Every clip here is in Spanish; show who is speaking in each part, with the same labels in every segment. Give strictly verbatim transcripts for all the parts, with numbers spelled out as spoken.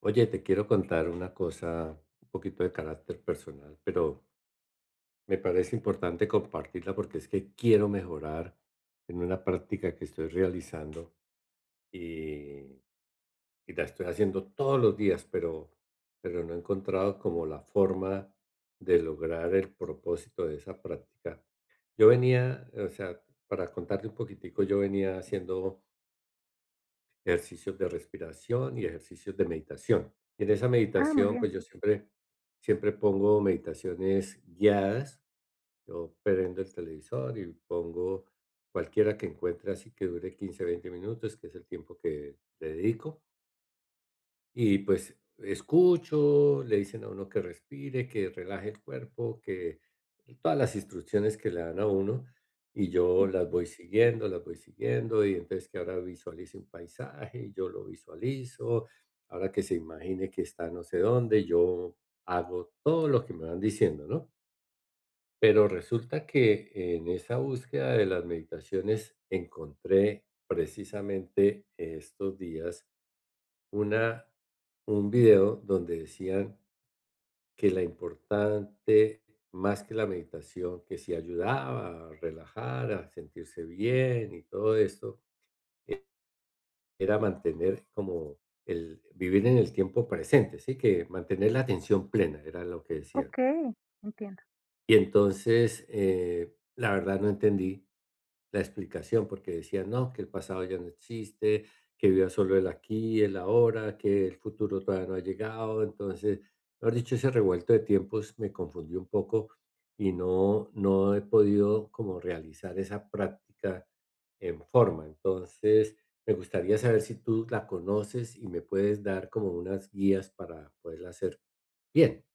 Speaker 1: Oye, te quiero contar una cosa, un poquito de carácter personal, pero me parece importante compartirla porque es que quiero mejorar en una práctica que estoy realizando y, y la estoy haciendo todos los días, pero, pero no he encontrado como la forma de lograr el propósito de esa práctica. Yo venía, o sea, para contarte un poquitico, yo venía haciendo ejercicios de respiración y ejercicios de meditación. Y en esa
Speaker 2: Ah, muy
Speaker 1: meditación, pues
Speaker 2: bien,
Speaker 1: yo siempre siempre pongo meditaciones guiadas. Yo prendo el televisor y pongo cualquiera que encuentre así que dure quince, veinte minutos, que es el tiempo que le dedico. Y pues escucho, le dicen a uno que respire, que relaje el cuerpo, que todas las instrucciones que le dan a uno y yo
Speaker 2: sí.
Speaker 1: las voy siguiendo, las voy siguiendo. Y entonces que ahora visualice un paisaje y yo lo visualizo, ahora que se imagine que está no sé dónde, yo hago todo lo que me van diciendo, ¿no? Pero resulta que en esa búsqueda de las meditaciones encontré precisamente estos días una un video donde decían que la importante, más que la meditación, que si ayudaba a relajar, a sentirse bien y todo esto, era mantener como el vivir en el tiempo presente, ¿sí? Que mantener la atención plena, era lo que decían.
Speaker 2: Okey, entiendo.
Speaker 1: Y entonces, eh, la verdad no entendí la explicación, porque decían no, que el pasado ya no existe, que viva solo el aquí, el ahora, que el futuro todavía no ha llegado. Entonces, mejor dicho, ese revuelto de tiempos me confundió un poco y no, no he podido como realizar esa práctica en forma. Entonces, me gustaría saber si tú la conoces y me puedes dar como unas guías para poderla hacer bien.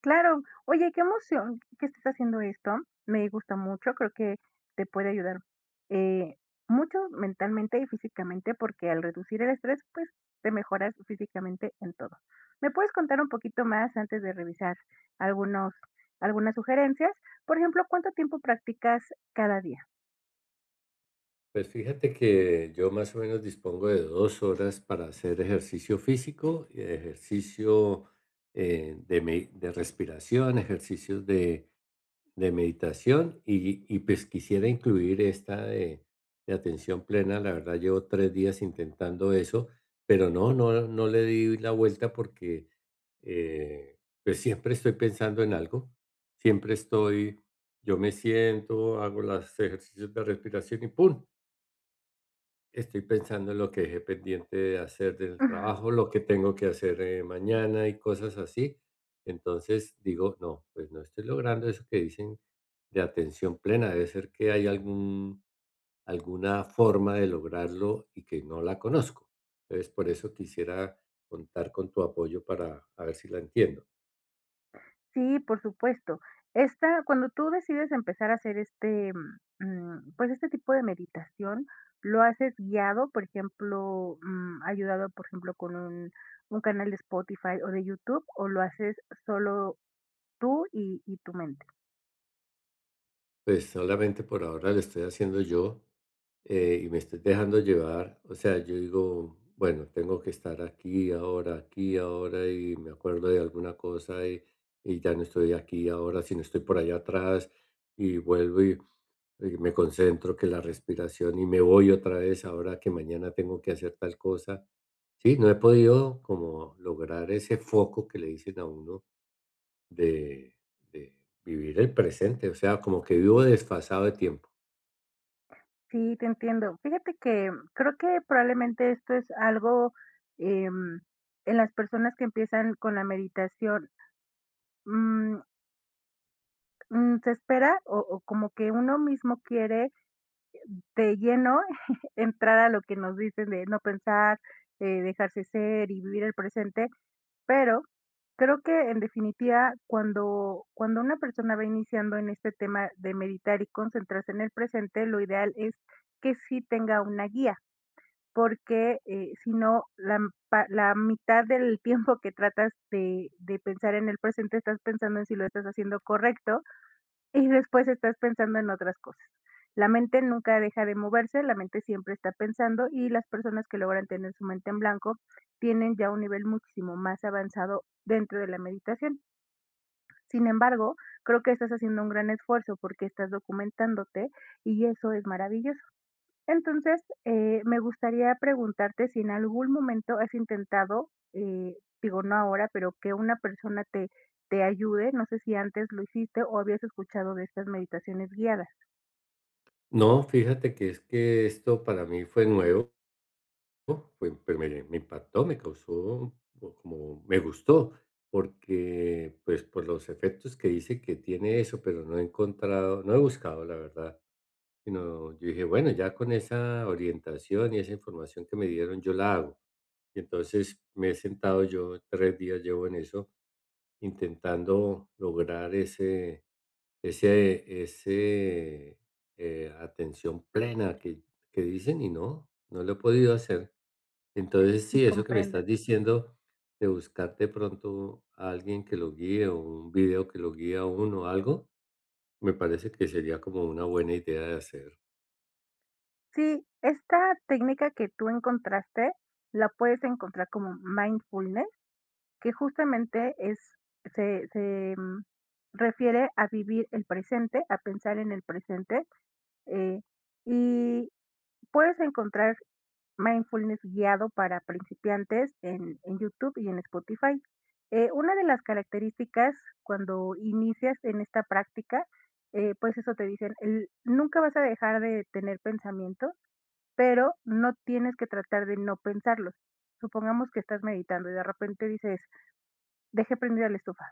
Speaker 2: Claro. Oye, qué emoción que estés haciendo esto. Me gusta mucho, creo que te puede ayudar, eh, mucho mentalmente y físicamente, porque al reducir el estrés, pues, te mejoras físicamente en todo. ¿Me puedes contar un poquito más antes de revisar algunos algunas sugerencias? Por ejemplo, ¿cuánto tiempo practicas cada día?
Speaker 1: Pues fíjate que yo más o menos dispongo de dos horas para hacer ejercicio físico, eh, ejercicio eh, de, me- de respiración, ejercicios de, de meditación y, y pues quisiera incluir esta de, de atención plena. La verdad llevo tres días intentando eso, pero no, no, no le di la vuelta porque eh, pues siempre estoy pensando en algo, siempre estoy, yo me siento, hago los ejercicios de respiración y ¡pum! Estoy pensando en lo que dejé pendiente de hacer del trabajo, lo que tengo que hacer, eh, mañana y cosas así. Entonces digo, no, pues no estoy logrando eso que dicen de atención plena. Debe ser que hay algún, alguna forma de lograrlo y que no la conozco. Entonces por eso quisiera contar con tu apoyo para a ver si la entiendo.
Speaker 2: Sí, por supuesto. Esta cuando tú decides empezar a hacer este, mm, pues, este tipo de meditación, ¿lo haces guiado? Por ejemplo, mm, ayudado, por ejemplo, con un un canal de Spotify o de YouTube, ¿o lo haces solo tú y y tu mente?
Speaker 1: Pues solamente por ahora lo estoy haciendo yo, eh, y me estoy dejando llevar. O sea, yo digo, bueno, tengo que estar aquí, ahora, aquí, ahora, y me acuerdo de alguna cosa y, y ya no estoy aquí, ahora, sino estoy por allá atrás y vuelvo y, y me concentro que la respiración y me voy otra vez ahora que mañana tengo que hacer tal cosa. Sí, no he podido como lograr ese foco que le dicen a uno de, de vivir el presente, o sea, como que vivo desfasado de tiempo.
Speaker 2: Sí, te entiendo. Fíjate que creo que probablemente esto es algo, em, en las personas que empiezan con la meditación, mm, mm, se espera o o como que uno mismo quiere de lleno entrar a lo que nos dicen de no pensar, eh, dejarse ser y vivir el presente, pero creo que en definitiva, cuando, cuando una persona va iniciando en este tema de meditar y concentrarse en el presente, lo ideal es que sí tenga una guía, porque eh, si no, la, m- pa- la mitad del tiempo que tratas de, de pensar en el presente, estás pensando en si lo estás haciendo correcto y después estás pensando en otras cosas. La mente nunca deja de moverse, la mente siempre está pensando y las personas que logran tener su mente en blanco tienen ya un nivel muchísimo más avanzado dentro de la meditación. Sin embargo, creo que estás haciendo un gran esfuerzo porque estás documentándote y eso es maravilloso. Entonces, eh, me gustaría preguntarte si en algún momento has intentado, eh, digo, no ahora, pero que una persona te, te ayude. No sé si antes lo hiciste o habías escuchado de estas meditaciones guiadas
Speaker 1: No, fíjate que es que esto para mí fue nuevo. Oh, fue pues, me me impactó, me causó o como me gustó, porque, pues, por los efectos que dice que tiene eso, pero no he encontrado no he buscado, la verdad, sino yo dije: "Bueno, ya con esa orientación y esa información que me dieron, yo la hago". Y entonces me he sentado yo, tres días llevo en eso, intentando lograr ese ese ese, eh, atención plena que que dicen y no, no lo he podido hacer. Entonces,
Speaker 2: y
Speaker 1: sí, eso que me estás
Speaker 2: comprendas.
Speaker 1: diciendo de buscar de pronto a alguien que lo guíe o un video que lo guíe a uno o algo, me parece que sería como una buena idea de hacer.
Speaker 2: Sí, esta técnica que tú encontraste la puedes encontrar como mindfulness, que justamente es, se, se mm, refiere a vivir el presente, a pensar en el presente. eh, y puedes encontrar mindfulness guiado para principiantes en, en YouTube y en Spotify. Eh, una de las características cuando inicias en esta práctica, eh, pues eso te dicen, el- nunca vas a dejar de tener pensamientos, pero no tienes que tratar de no pensarlos. Supongamos que estás meditando y de repente dices, dejé prendida la estufa.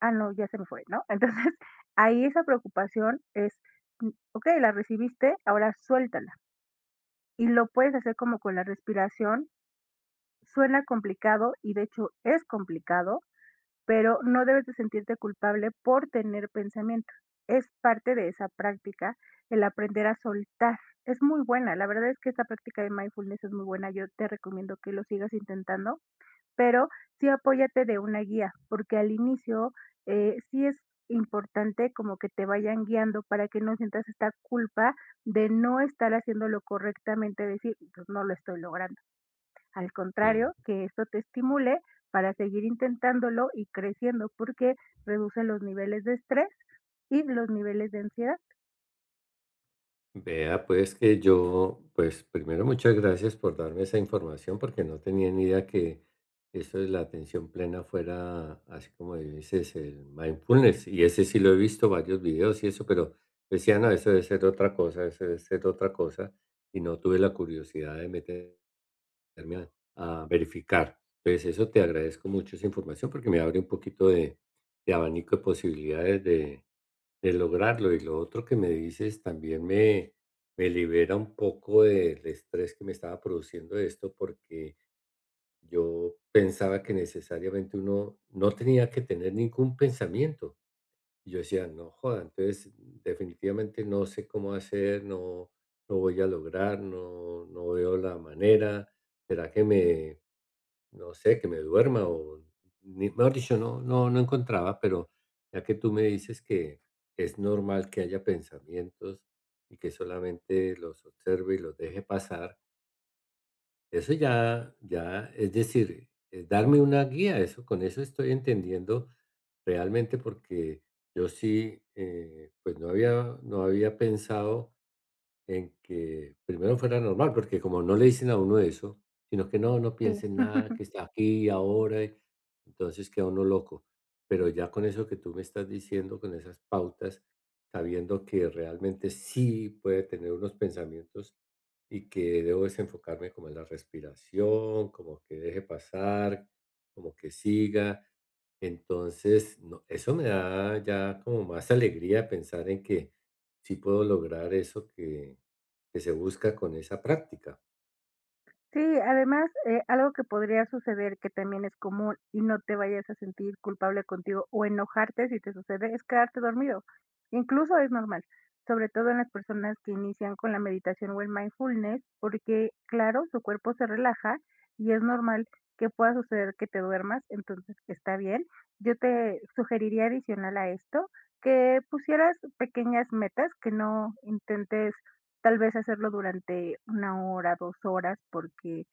Speaker 2: Ah, no, ya se me fue, ¿no? Entonces, ahí esa preocupación es, mm, ok, la recibiste, ahora suéltala. Y lo puedes hacer como con la respiración, suena complicado y de hecho es complicado, pero no debes de sentirte culpable por tener pensamientos. Es parte de esa práctica el aprender a soltar. Es muy buena, la verdad es que esta práctica de mindfulness es muy buena, yo te recomiendo que lo sigas intentando, pero sí apóyate de una guía, porque al inicio eh, sí es importante como que te vayan guiando para que no sientas esta culpa de no estar haciéndolo correctamente, decir, pues no lo estoy logrando. Al
Speaker 1: Mm.
Speaker 2: contrario, que esto te estimule para seguir intentándolo y creciendo, porque reduce los niveles de estrés y los niveles de ansiedad.
Speaker 1: Vea, pues que yo, pues primero muchas gracias por darme esa información porque no tenía ni idea que eso de la atención plena fuera así como dices el mindfulness y ese sí lo he visto varios videos y eso, pero decía, no, eso debe ser otra cosa, eso debe ser otra cosa y no tuve la curiosidad de meter a a verificar. Entonces, eso te agradezco mucho esa información porque me abre un poquito de, de abanico de posibilidades de, de lograrlo. Y lo otro que me dices también me, me libera un poco del estrés que me estaba produciendo esto porque yo pensaba que necesariamente uno no tenía que tener ningún pensamiento. Y yo decía, no joda, entonces definitivamente no sé cómo hacer, no, no voy a lograr, no, no veo la manera. ¿Será que me, no sé, que me duerma? O, ni- mejor dicho, no, no, no encontraba, pero ya que tú me dices que es normal que haya pensamientos y que solamente los observe y los deje pasar, eso ya ya, es decir, eh, darme una guía, eso con eso estoy entendiendo realmente porque yo sí, eh, pues no había no había pensado en que primero fuera normal, porque como no le dicen a uno eso, sino que no, no
Speaker 2: Sí.
Speaker 1: piense en nada, que está aquí y ahora, y entonces queda uno loco. Pero ya con eso que tú me estás diciendo, con esas pautas, sabiendo que realmente sí puede tener unos pensamientos y que debo desenfocarme como en la respiración, como que deje pasar, como que siga. Entonces, no, eso me da ya como más alegría pensar en que sí puedo lograr eso que, que se busca con esa práctica.
Speaker 2: Sí, además, eh, algo que podría suceder, que también es común, y no te vayas a sentir culpable contigo o enojarte si te sucede, es quedarte dormido. Incluso es normal, sobre todo en las personas que inician con la meditación o el mindfulness, porque claro, su cuerpo se relaja y es normal que pueda suceder que te duermas, entonces está bien. Yo te sugeriría adicional a esto que pusieras pequeñas metas, que no intentes tal vez hacerlo durante una hora, dos horas, porque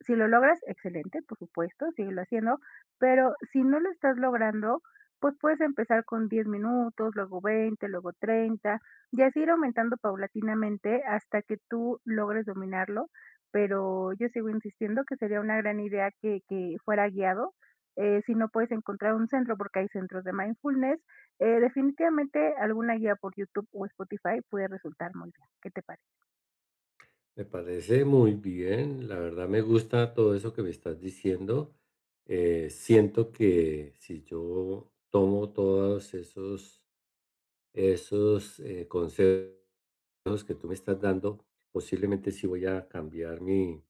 Speaker 2: si lo logras, excelente, por supuesto, síguelo haciendo, pero si no lo estás logrando, pues puedes empezar con diez minutos, luego veinte, luego treinta, y así ir aumentando paulatinamente hasta que tú logres dominarlo, pero yo sigo insistiendo que sería una gran idea que que fuera guiado, eh, si no puedes encontrar un centro, porque hay centros de mindfulness, eh, definitivamente alguna guía por YouTube o Spotify puede resultar muy bien, ¿qué te parece?
Speaker 1: Me parece muy bien, la verdad me gusta todo eso que me estás diciendo. Eh, siento que si yo tomo todos esos, esos eh, consejos que tú me estás dando, posiblemente sí voy a cambiar mi,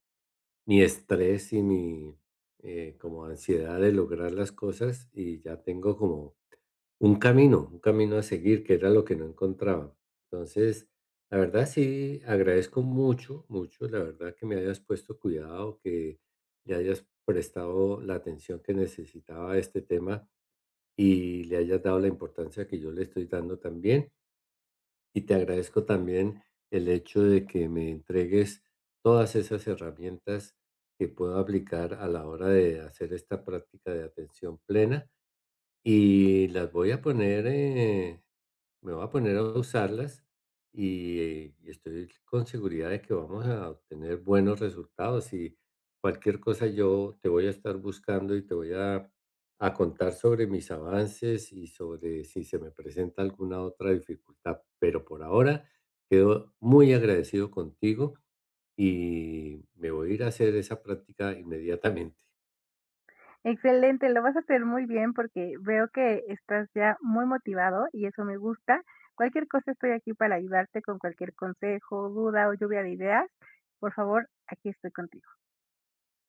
Speaker 1: mi estrés y mi eh, como ansiedad de lograr las cosas y ya tengo como un camino, un camino a seguir, que era lo que no encontraba. Entonces, la verdad sí, agradezco mucho, mucho, la verdad que me hayas puesto cuidado, que le hayas prestado la atención que necesitaba a este tema y le hayas dado la importancia que yo le estoy dando también. Y te agradezco también el hecho de que me entregues todas esas herramientas que puedo aplicar a la hora de hacer esta práctica de atención plena y las voy a poner eh, me voy a poner a usarlas y, y estoy con seguridad de que vamos a obtener buenos resultados. Y cualquier cosa yo te voy a estar buscando y te voy a, a contar sobre mis avances y sobre si se me presenta alguna otra dificultad. Pero por ahora quedo muy agradecido contigo y me voy a ir a hacer esa práctica inmediatamente.
Speaker 2: Excelente, lo vas a hacer muy bien porque veo que estás ya muy motivado y eso me gusta. Cualquier cosa estoy aquí para ayudarte con cualquier consejo, duda o lluvia de ideas. Por favor, aquí estoy contigo.